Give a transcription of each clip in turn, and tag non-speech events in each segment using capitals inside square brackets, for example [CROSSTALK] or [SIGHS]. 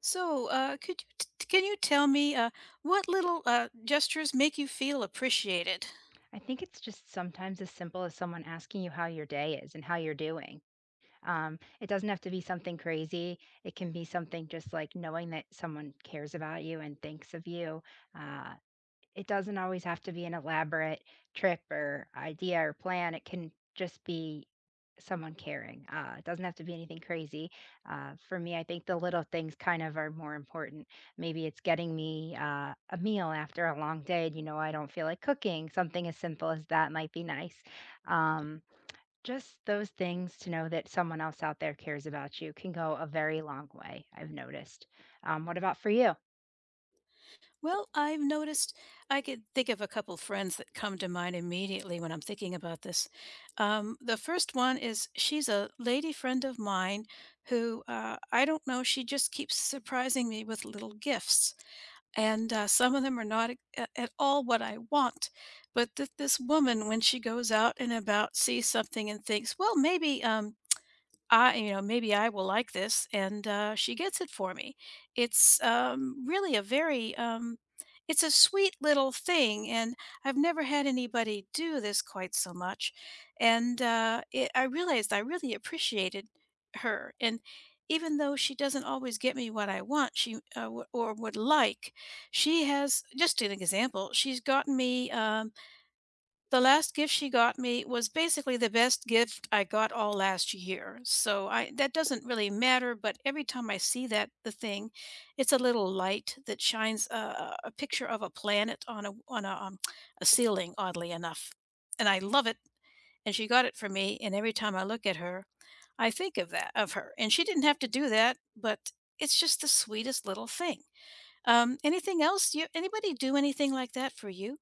So, could you can you tell me what little gestures make you feel appreciated? I think it's just sometimes as simple as someone asking you how your day is and how you're doing. It doesn't have to be something crazy. It can be something just like knowing that someone cares about you and thinks of you. Uh, it doesn't always have to be an elaborate trip or idea or plan. It can just be someone caring. It doesn't have to be anything crazy. For me, I think the little things kind of are more important. Maybe it's getting me a meal after a long day. And, I don't feel like cooking. Something as simple as that might be nice. Um, just those things to know that someone else out there cares about you can go a very long way, I've noticed. What about for you? Well, I've noticed I could think of a couple friends that come to mind immediately when I'm thinking about this. The first one is she's a lady friend of mine who I don't know, she just keeps surprising me with little gifts. And some of them are not at all what I want. But this woman, when she goes out and about, sees something and thinks, well, maybe maybe I will like this, and, she gets it for me. It's really a very, it's a sweet little thing, and I've never had anybody do this quite so much, and, it I realized I really appreciated her, and even though she doesn't always get me what I want, she, w or would like, she has just an example, she's gotten me, the last gift she got me was basically the best gift I got all last year. So I that doesn't really matter, but every time I see that the thing, it's a little light that shines a picture of a planet on a ceiling, oddly enough, and I love it. And she got it for me, and every time I look at her, I think of that of her. And she didn't have to do that, but it's just the sweetest little thing. Anything else? You anybody do anything like that for you?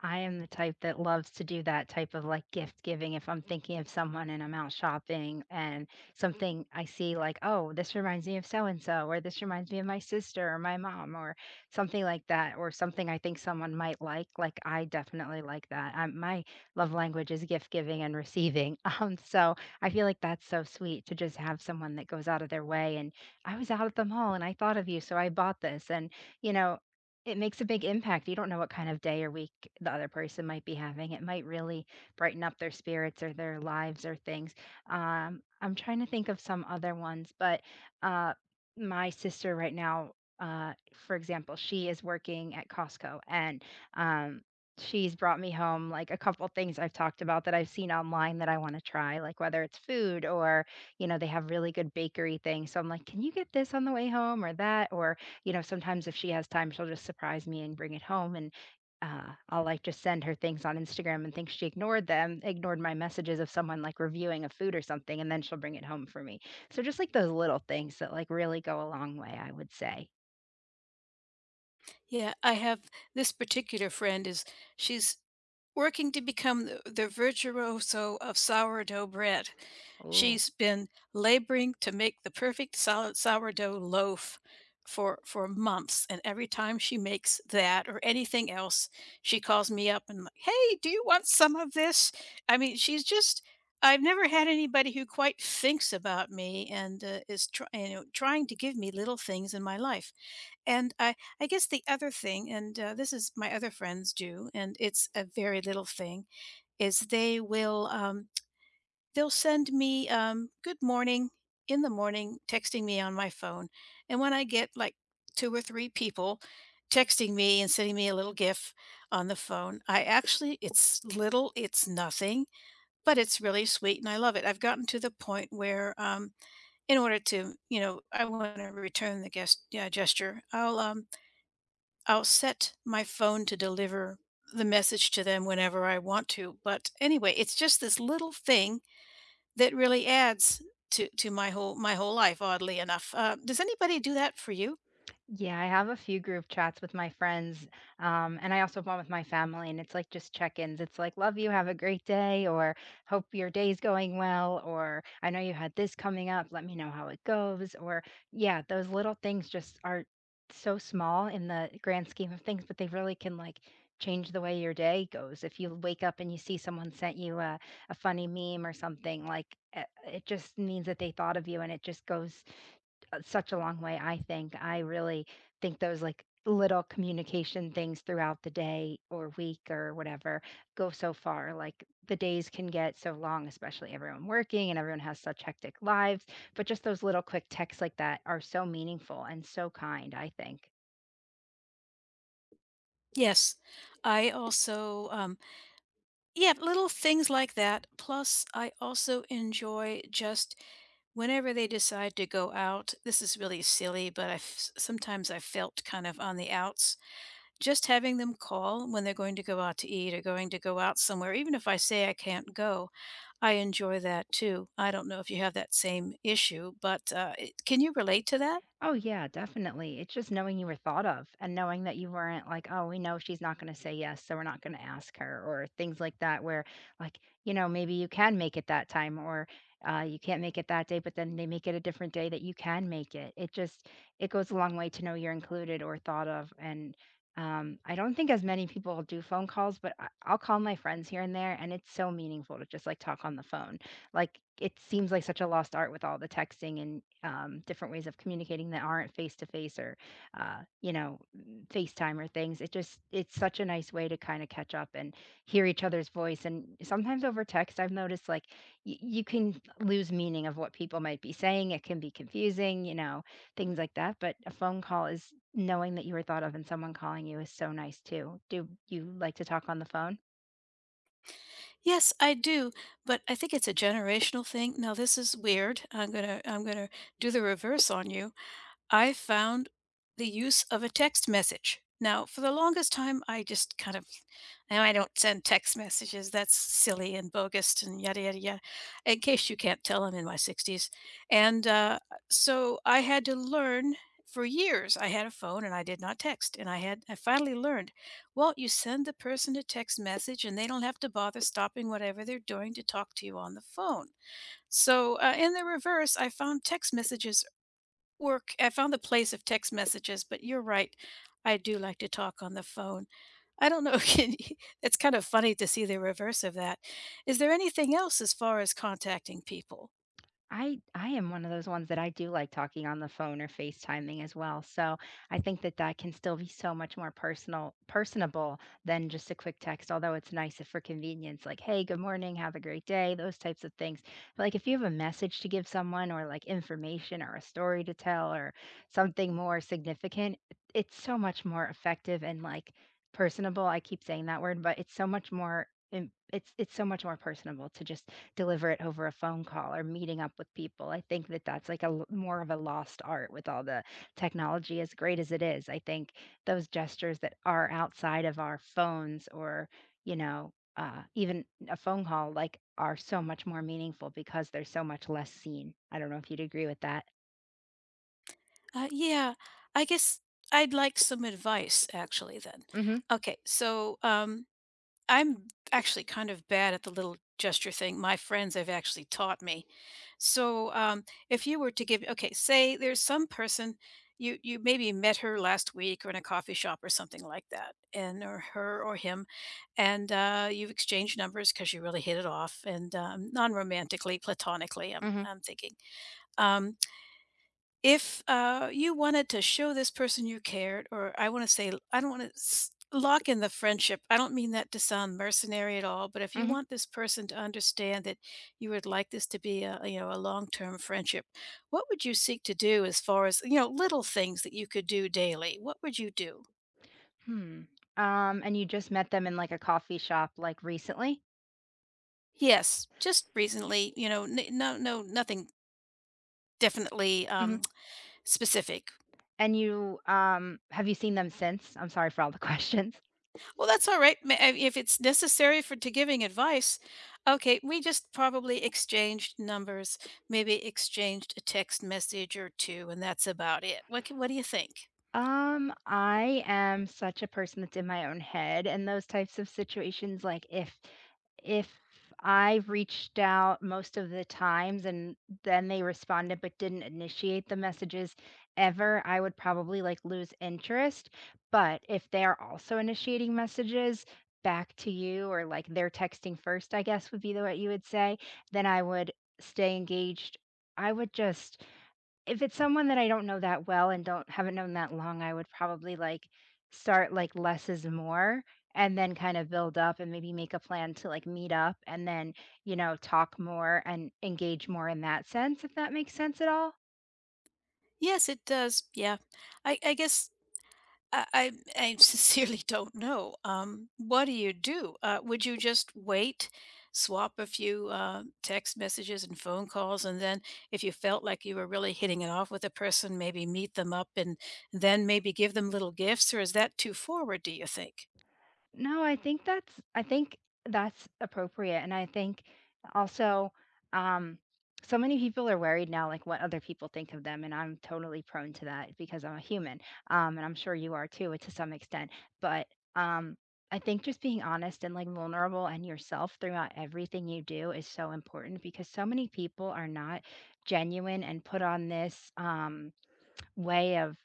I am the type that loves to do that type of like gift giving if I'm thinking of someone and I'm out shopping and something I see, like, oh, this reminds me of so and so, or this reminds me of my sister or my mom, or something like that, or something I think someone might like. Like, I definitely like that. I my love language is gift giving and receiving. [LAUGHS] So I feel like that's so sweet to just have someone that goes out of their way. And I was out at the mall and I thought of you, so I bought this. And you know, it makes a big impact. You don't know what kind of day or week the other person might be having. It might really brighten up their spirits or their lives or things. I'm trying to think of some other ones, but uh, my sister right now, for example, she is working at Costco and um, she's brought me home like a couple things I've talked about that I've seen online that I want to try, like whether it's food or, you know, they have really good bakery things. So I'm like, can you get this on the way home or that? Or, you know, sometimes if she has time, she'll just surprise me and bring it home. And I'll like just send her things on Instagram and think she ignored them, ignored my messages of someone like reviewing a food or something, and then she'll bring it home for me. So just like those little things that like really go a long way, I would say. Yeah, I have this particular friend is she's working to become the virtuoso of sourdough bread. Oh. She's been laboring to make the perfect solid sourdough loaf for months, and every time she makes that or anything else, she calls me up and like, "Hey, do you want some of this?" I mean, she's just I've never had anybody who quite thinks about me and is try, you know, trying to give me little things in my life. And I guess the other thing, and, this is my other friends do, and it's a very little thing, is they will, they'll send me, "Good morning," in the morning, texting me on my phone, and when I get, like, 2 or 3 people texting me and sending me a little GIF on the phone, I actually it's little, it's nothing, but it's really sweet, and I love it. I've gotten to the point where, in order to you know, I wanna return the guest yeah, gesture, I'll, I'll set my phone to deliver the message to them whenever I want to. But anyway, it's just this little thing that really adds to my whole life, oddly enough. Does anybody do that for you? Yeah, I have a few group chats with my friends, and I also have one with my family, and it's like just check-ins. It's like, "Love you, have a great day," or "Hope your day's going well," or "I know you had this coming up, let me know how it goes." Or yeah, those little things just are so small in the grand scheme of things, but they really can, like, change the way your day goes. If you wake up and you see someone sent you a funny meme or something, like, it just means that they thought of you, and it just goes such a long way, I think. I really think those like little communication things throughout the day or week or whatever go so far. Like, the days can get so long, especially everyone working and everyone has such hectic lives. But just those little quick texts like that are so meaningful and so kind, I think. Yes. I also yeah, little things like that. Plus, I also enjoy just whenever they decide to go out. This is really silly, but sometimes I felt kind of on the outs. Just having them call when they're going to go out to eat or going to go out somewhere, even if I say I can't go. I enjoy that too. I don't know if you have that same issue, but, it can you relate to that? Oh, yeah, definitely. It's just knowing you were thought of and knowing that you weren't like, oh, we know she's not going to say yes, so we're not going to ask her, or things like that, where, like, you know, maybe you can make it that time, or you can't make it that day, but then they make it a different day that you can make it. It just, it goes a long way to know you're included or thought of. And I don't think as many people do phone calls, but I'll call my friends here and there, and it's so meaningful to just like talk on the phone. Like, it seems like such a lost art with all the texting and different ways of communicating that aren't face to face or, you know, FaceTime or things. It just, it's such a nice way to kind of catch up and hear each other's voice. And sometimes over text, I've noticed, like, you can lose meaning of what people might be saying. It can be confusing, you know, things like that. But a phone call is knowing that you were thought of, and someone calling you is so nice too. Do you like to talk on the phone? Yes, I do, but I think it's a generational thing. Now this is weird. I'm gonna do the reverse on you. I found the use of a text message. Now, for the longest time, I just kind of, now I don't send text messages. That's silly and bogus and yada, yada, yada. In case you can't tell, I'm in my 60s. And so I had to learn for years. I had a phone and I did not text. And I had, I finally learned, well, you send the person a text message and they don't have to bother stopping whatever they're doing to talk to you on the phone. So in the reverse, I found text messages work I found the place of text messages, but you're right. I do like to talk on the phone. I don't know, [LAUGHS] can you it's kind of funny to see the reverse of that. Is there anything else as far as contacting people? I am one of those ones that I do like talking on the phone or FaceTiming as well. So I think that that can still be so much more personal, personable than just a quick text. Although it's nice if for convenience, like, "Hey, good morning, have a great day," those types of things. But, like, if you have a message to give someone, or like information, or a story to tell, or something more significant, it's so much more effective and, like, personable. I keep saying that word, but it's so much more. It's so much more personable to just deliver it over a phone call or meeting up with people. I think that that's like more of a lost art with all the technology as great as it is. I think those gestures that are outside of our phones or, you know, even a phone call like are so much more meaningful because they're so much less seen. I don't know if you'd agree with that. Yeah, I guess I'd like some advice actually then. Hmm. Okay, so, I'm actually kind of bad at the little gesture thing. My friends have actually taught me. So, if you were to give, okay, say there's some person you maybe met her last week or in a coffee shop or something like that, and or her or him, and you've exchanged numbers because you really hit it off, and non-romantically, platonically, Hmm. I'm thinking. Um, if, you wanted to show this person you cared or I wanna say I don't wanna lock in the friendship, I don't mean that to sound mercenary at all, but if you Hmm. want this person to understand that you would like this to be a, you know, a long-term friendship, what would you seek to do as far as, you know, little things that you could do daily? What would you do? Hmm. And you just met them in, like, a coffee shop, like, recently? Yes, just recently, you know, n no no nothing definitely, Hmm. [TSK] Specific. And you have you seen them since? I'm sorry for all the [LAUGHS] questions. Well, that's all right. If it's necessary for to giving advice, okay, we just probably exchanged numbers, maybe exchanged a text message or two, and that's about it. What can, what do you think? I am such a person that's in my own head and those types of situations, like, if I reached out most of the times and then they responded but didn't initiate the messages ever, I would probably like lose interest. But if they are also initiating messages back to you, or like they're texting first, I guess would be the what you would say, then I would stay engaged. I would just, if it's someone that I don't know that well and don't haven't known that long, I would probably, like, start, like, less is more, and then kind of build up and maybe make a plan to, like, meet up and then, you know, talk more and engage more in that sense, if that makes sense at all? Yes, it does. Yeah, I guess I I [LAUGHS] sincerely don't know. What do you do? Would you just wait, swap a few text messages and phone calls, and then if you felt like you were really hitting it off with a person, maybe meet them up and then maybe give them little gifts? Or is that too forward, do you think? No, I think that's, I think that's appropriate, and I think also, um, so many people are worried now, like what other people think of them, and I'm totally prone to that because I'm a human, and I'm sure you are too, to some extent. But um, I think just being honest and, like, vulnerable and yourself throughout everything you do is so important because so many people are not genuine and put on this way of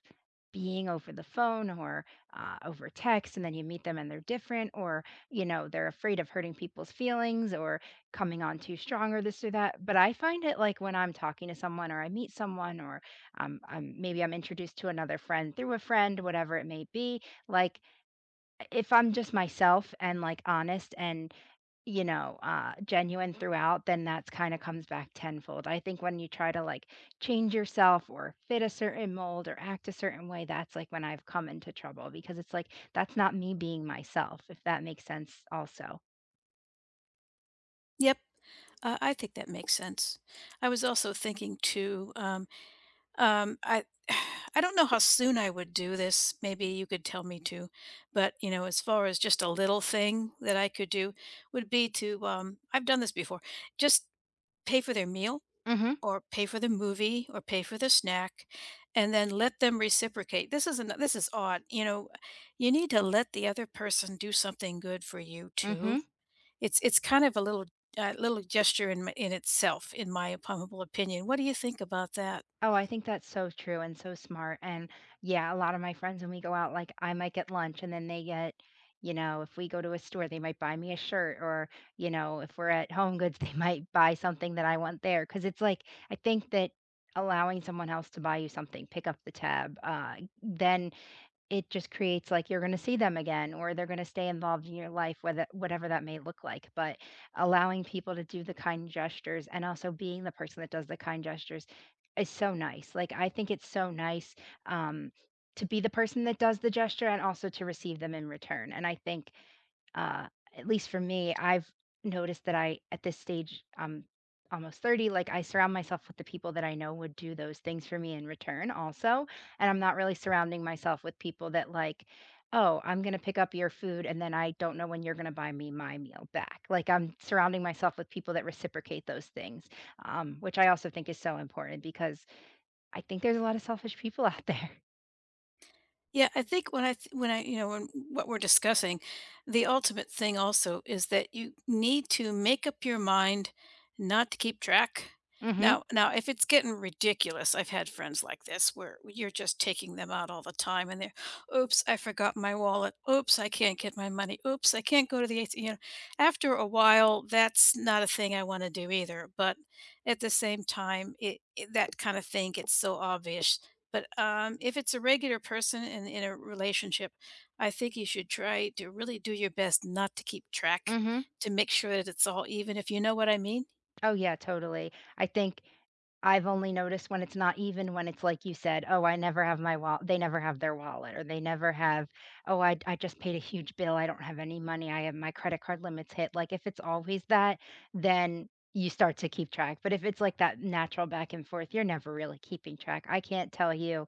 being over the phone or over text. And then you meet them and they're different, or, you know, they're afraid of hurting people's feelings or coming on too strong or this or that. But I find it, like, when I'm talking to someone or I meet someone or, maybe I'm introduced to another friend through a friend, whatever it may be, like, if I'm just myself and, like, honest and, you know, genuine throughout, then that's kinda comes back tenfold. I think when you try to, like, change yourself or fit a certain mold or act a certain way, that's, like, when I've come into trouble because it's, like, that's not me being myself, if that makes sense also. Yep, I think that makes sense. I was also thinking too. Um, I [SIGHS] I don't know how soon I would do this. Maybe you could tell me to, but you know, as far as just a little thing that I could do would be to I've done this before. Just pay for their meal Mhm. or pay for the movie or pay for the snack and then let them reciprocate. This is an, this is odd. You know, you need to let the other person do something good for you too. Mhm. It's kind of a little little gesture in in itself in my humble opinion. What do you think about that? Oh, I think that's so true and so smart. And yeah, a lot of my friends, when we go out, like, I might get lunch and then they get, you know, if we go to a store, they might buy me a shirt or, you know, if we're at Home Goods, [LAUGHS] they might buy something that I want there. Cause it's like, I think that allowing someone else to buy you something, pick up the tab, then it just creates, like, you're gonna see them again, or they're gonna stay involved in your life, whether whatever that may look like, but allowing people to do the kind gestures and also being the person that does the kind gestures is so nice. Like, I think it's so nice, um, to be the person that does the gesture and also to receive them in return, and I think uh, at least for me, I've noticed that I, at this stage, I'm almost 30, like, I surround myself with the people that I know would do those things for me in return also, and I'm not really surrounding myself with people that like, "Oh, I'm gonna pick up your food, and then I don't know when you're gonna buy me my meal back." Like, I'm surrounding myself with people that reciprocate those things, which I also think is so important because I think there's a lot of selfish people out there. [LAUGHS] Yeah, I think when when I you know when what we're discussing, the ultimate thing also is that you need to make up your mind not to keep track. Mm. Mhm. Now, if it's getting ridiculous, I've had friends like this where you're just taking them out all the time, and they're, oops, I forgot my wallet. Oops, I can't get my money. Oops, I can't go to the ATM. You know, after a while, that's not a thing I want to do either. But at the same time, it that kind of thing gets so obvious but, if it's a regular person in a relationship, I think you should try to really do your best not to keep Mm. track, Mhm. to make sure that it's all even, if you know what I mean? Oh, yeah, totally. I think I've only noticed when it's not even, when it's like you said, "Oh, I never have my wallet." They never have their wallet, or they never have, "Oh, I just paid a huge bill, I don't have any money, I have my credit card limit's hit." Like, if it's always that, then you start to keep track, but if it's like that natural back and forth, you're never really keeping track. I can't tell you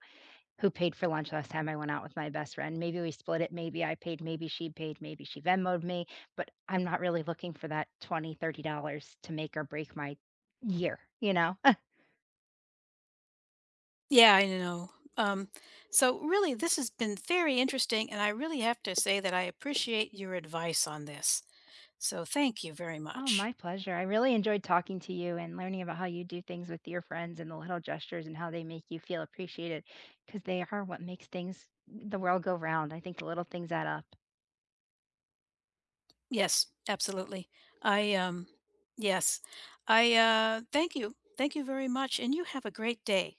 who paid for lunch last time I went out with my best friend. Maybe we split it, maybe I paid, maybe she Venmoed me, but I'm not really looking for that 20, $30 to make or break my year, you know? Yeah, I know. Um, so really, this has been very interesting, and I really have to say that I appreciate your advice on this. So thank you very Oh, much. my pleasure. I really enjoyed talking to you and learning about how you do things with your friends and the little gestures and how they make you feel appreciated because they are what makes things, the world go round. I think the little things add up. Yes, absolutely. I, yes. I, thank you. Thank you very much and you have a great day.